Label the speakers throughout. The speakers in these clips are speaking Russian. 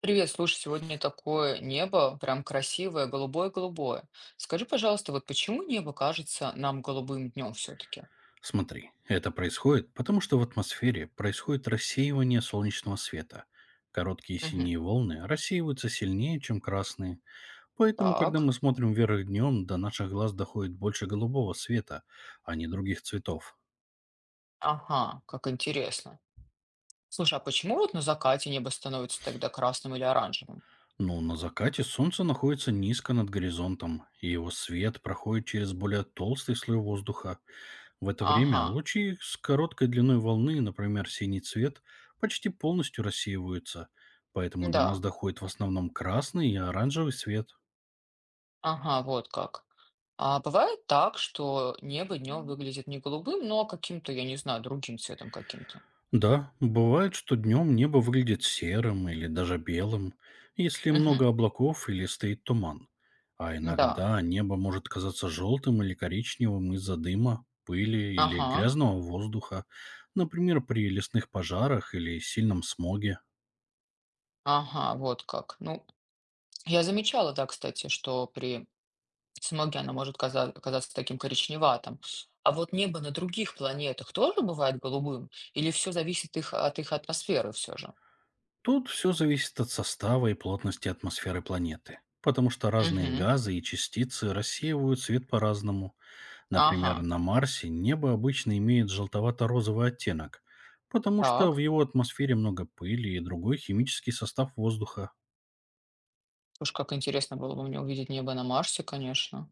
Speaker 1: Привет, слушай, сегодня такое небо, прям красивое, голубое-голубое. Скажи, пожалуйста, вот почему небо кажется нам голубым днем все-таки?
Speaker 2: Смотри, это происходит, потому что в атмосфере происходит рассеивание солнечного света. Короткие
Speaker 1: Мгм.
Speaker 2: синие волны рассеиваются сильнее, чем красные. Поэтому, когда
Speaker 1: Так,
Speaker 2: мы смотрим вверх днем, до наших глаз доходит больше голубого света, а не других цветов.
Speaker 1: ага, как интересно. Слушай, а почему вот на закате небо становится тогда красным или оранжевым?
Speaker 2: Но на закате солнце находится низко над горизонтом, и его свет проходит через более толстый слой воздуха. В это
Speaker 1: Ага,
Speaker 2: время лучи с короткой длиной волны, например, синий цвет, почти полностью рассеиваются, поэтому до нас
Speaker 1: да,
Speaker 2: доходит в основном красный и оранжевый свет.
Speaker 1: ага, вот как. А бывает так, что небо днем выглядит не голубым, но каким-то, я не знаю, другим цветом каким-то.
Speaker 2: Да, бывает, что днем небо выглядит серым или даже белым, если
Speaker 1: Угу,
Speaker 2: много облаков или стоит туман. А
Speaker 1: да,
Speaker 2: иногда небо может казаться желтым или коричневым из-за дыма, пыли или
Speaker 1: ага,
Speaker 2: грязного воздуха, например, при лесных пожарах или сильном смоге.
Speaker 1: ага, вот как. Ну, я замечала, да, кстати, что при смоге она может казаться таким коричневатым. А вот небо на других планетах тоже бывает голубым? Или все зависит от их атмосферы все же?
Speaker 2: Тут все зависит от состава и плотности атмосферы планеты, потому что разные
Speaker 1: Угу.
Speaker 2: газы и частицы рассеивают свет по-разному.
Speaker 1: Ага.
Speaker 2: Например, на Марсе небо обычно имеет желтовато-розовый оттенок, потому что в
Speaker 1: Так.
Speaker 2: его атмосфере много пыли и другой химический состав воздуха.
Speaker 1: Уж как интересно было бы мне увидеть небо на Марсе, конечно.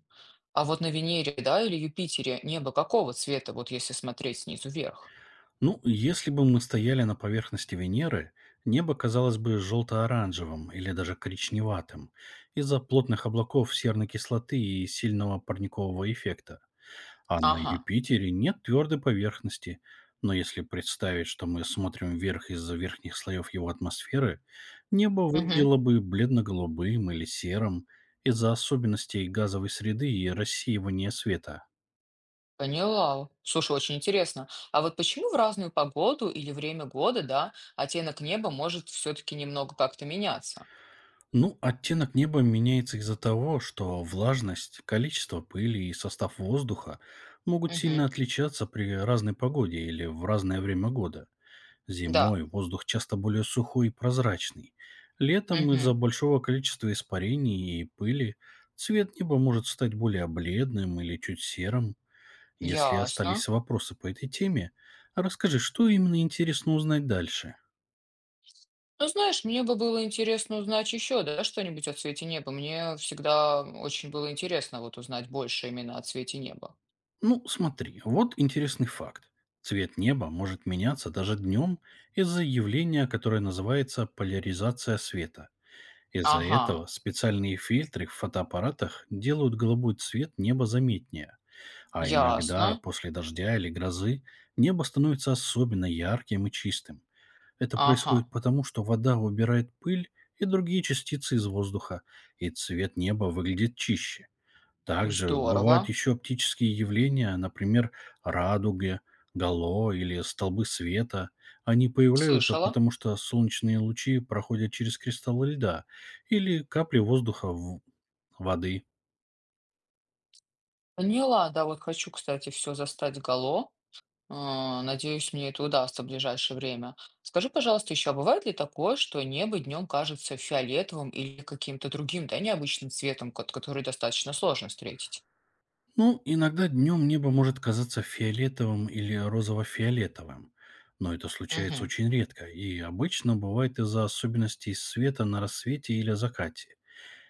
Speaker 1: А вот на Венере, да, или Юпитере небо какого цвета, вот если смотреть снизу вверх?
Speaker 2: Ну, если бы мы стояли на поверхности Венеры, небо казалось бы желто-оранжевым или даже коричневатым из-за плотных облаков серной кислоты и сильного парникового эффекта. А на
Speaker 1: Ага.
Speaker 2: Юпитере нет твердой поверхности, но если представить, что мы смотрим вверх из-за верхних слоев его атмосферы, небо
Speaker 1: Мгм.
Speaker 2: выглядело бы бледно-голубым или серым из-за особенностей газовой среды и рассеивания света.
Speaker 1: Поняла. Слушай, очень интересно. А вот почему в разную погоду или время года, да, оттенок неба может все-таки немного как-то меняться?
Speaker 2: Ну, оттенок неба меняется из-за того, что влажность, количество пыли и состав воздуха могут
Speaker 1: Угу.
Speaker 2: сильно отличаться при разной погоде или в разное время года.
Speaker 1: Да.
Speaker 2: Зимой воздух часто более сухой и прозрачный. Летом из-за
Speaker 1: Угу.
Speaker 2: большого количества испарений и пыли цвет неба может стать более бледным или чуть серым. Если
Speaker 1: Ясно.
Speaker 2: остались вопросы по этой теме, расскажи, что именно интересно узнать дальше.
Speaker 1: Ну, знаешь, мне бы было интересно узнать еще, да, что-нибудь о цвете неба. Мне всегда очень было интересно вот узнать больше именно о цвете неба.
Speaker 2: Ну, смотри, вот интересный факт. Цвет неба может меняться даже днем из-за явления, которое называется поляризация света. Из-за этого
Speaker 1: Ага.
Speaker 2: специальные фильтры в фотоаппаратах делают голубой цвет неба заметнее. А
Speaker 1: Ясно.
Speaker 2: иногда после дождя или грозы небо становится особенно ярким и чистым. Это
Speaker 1: Ага.
Speaker 2: происходит потому, что вода убирает пыль и другие частицы из воздуха, и цвет неба выглядит чище. Также бывают
Speaker 1: Здорово.
Speaker 2: еще оптические явления, например, радуги, гало или столбы света. Они появляются,
Speaker 1: Слышала.
Speaker 2: потому что солнечные лучи проходят через кристаллы льда или капли воздуха в воды.
Speaker 1: Поняла, да, вот хочу, кстати, все застать голо. А, надеюсь, мне это удастся в ближайшее время. Скажи, пожалуйста, еще, а бывает ли такое, что небо днем кажется фиолетовым или каким-то другим, да, необычным цветом, который достаточно сложно встретить?
Speaker 2: Ну, иногда днем небо может казаться фиолетовым или розово-фиолетовым, но это случается
Speaker 1: Мгм.
Speaker 2: очень редко и обычно бывает из-за особенностей света на рассвете или закате.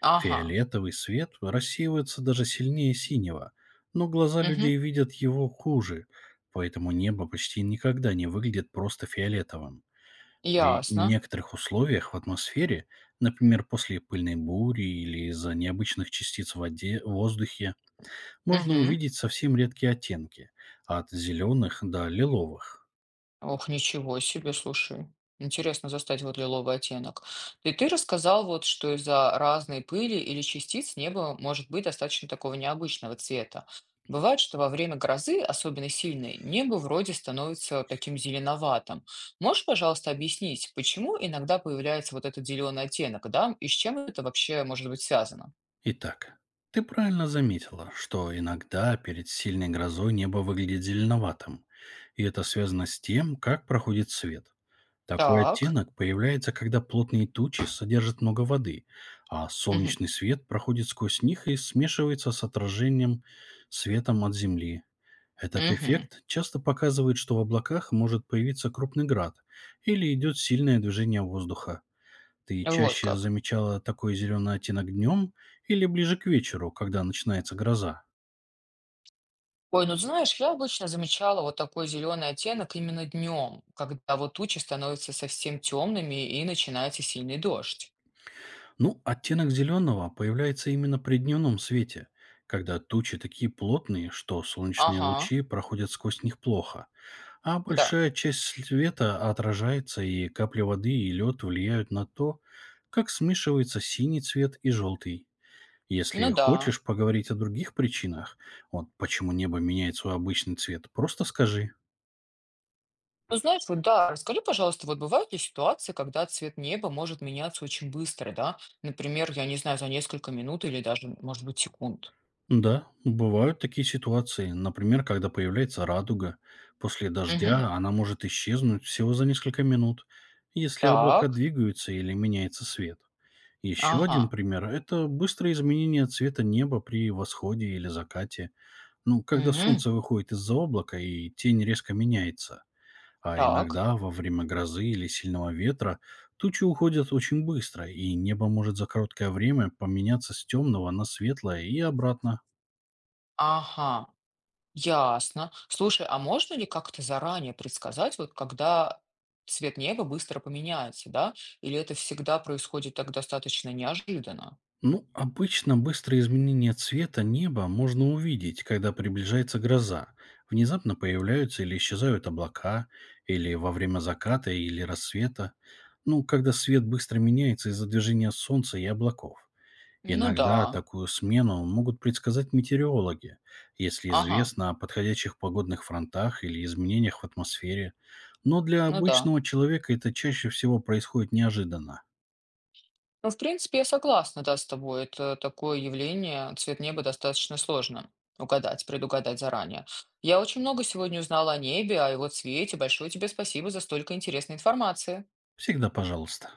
Speaker 1: Ага.
Speaker 2: Фиолетовый свет рассеивается даже сильнее синего, но глаза
Speaker 1: Мгм.
Speaker 2: людей видят его хуже, поэтому небо почти никогда не выглядит просто фиолетовым. При
Speaker 1: Ясно.
Speaker 2: некоторых условиях в атмосфере, например, после пыльной бури или из-за необычных частиц в воде, в воздухе, можно
Speaker 1: Мгм.
Speaker 2: увидеть совсем редкие оттенки, от зеленых до лиловых.
Speaker 1: Ох, ничего себе, слушай. Интересно застать вот лиловый оттенок. И ты рассказал вот, что из-за разной пыли или частиц небо может быть достаточно такого необычного цвета. Бывает, что во время грозы, особенно сильной, небо вроде становится таким зеленоватым. Можешь, пожалуйста, объяснить, почему иногда появляется вот этот зеленый оттенок, да? И с чем это вообще может быть связано?
Speaker 2: Итак, ты правильно заметила, что иногда перед сильной грозой небо выглядит зеленоватым, и это связано с тем, как проходит свет. Такой
Speaker 1: Так.
Speaker 2: оттенок появляется, когда плотные тучи содержат много воды, а
Speaker 1: Мгм.
Speaker 2: солнечный свет проходит сквозь них и смешивается с отражением светом от Земли. Этот
Speaker 1: Мгм.
Speaker 2: эффект часто показывает, что в облаках может появиться крупный град или идет сильное движение воздуха. Ты
Speaker 1: Вот
Speaker 2: чаще
Speaker 1: как.
Speaker 2: замечала такой зеленый оттенок днем или ближе к вечеру, когда начинается гроза?
Speaker 1: Ой, ну знаешь, я обычно замечала вот такой зеленый оттенок именно днем, когда вот тучи становятся совсем темными и начинается сильный дождь.
Speaker 2: Ну, оттенок зеленого появляется именно при дневном свете, когда тучи такие плотные, что солнечные
Speaker 1: Ага,
Speaker 2: лучи проходят сквозь них плохо, а
Speaker 1: да,
Speaker 2: большая часть света отражается, и капли воды и лед влияют на то, как смешивается синий цвет и желтый. Если
Speaker 1: ну да.
Speaker 2: хочешь поговорить о других причинах, вот почему небо меняет свой обычный цвет, просто скажи.
Speaker 1: Ну знаешь, вот да, расскажи, пожалуйста, вот бывают ли ситуации, когда цвет неба может меняться очень быстро, да? Например, я не знаю, за несколько минут или даже, может быть, секунд.
Speaker 2: Да, бывают такие ситуации. Например, когда появляется радуга. После
Speaker 1: Угу.
Speaker 2: дождя она может исчезнуть всего за несколько минут, если облака
Speaker 1: Так,
Speaker 2: двигаются или меняется свет. Еще
Speaker 1: ага,
Speaker 2: один пример– это быстрое изменение цвета неба при восходе или закате. Ну, когда
Speaker 1: угу.
Speaker 2: солнце выходит из-за облака и тень резко меняется. А
Speaker 1: Так,
Speaker 2: иногда во время грозы или сильного ветра тучи уходят очень быстро, и небо может за короткое время поменяться с темного на светлое и обратно.
Speaker 1: ага. Ясно. Слушай, а можно ли как-то заранее предсказать, вот когда цвет неба быстро поменяется, да? Или это всегда происходит так достаточно неожиданно?
Speaker 2: Ну, обычно быстрое изменение цвета неба можно увидеть, когда приближается гроза. Внезапно появляются или исчезают облака, или во время заката или рассвета. Ну, когда свет быстро меняется из-за движения солнца и облаков.
Speaker 1: Ну да,
Speaker 2: Иногда такую смену могут предсказать метеорологи, если
Speaker 1: ага,
Speaker 2: известно о подходящих погодных фронтах или изменениях в атмосфере. Но для
Speaker 1: ну да.
Speaker 2: обычного человека это чаще всего происходит неожиданно.
Speaker 1: Ну, в принципе, я согласна, да, с тобой. Это такое явление, цвет неба достаточно сложно угадать, предугадать заранее. Я очень много сегодня узнала о небе, о его цвете. Большое тебе спасибо за столько интересной информации.
Speaker 2: Всегда пожалуйста.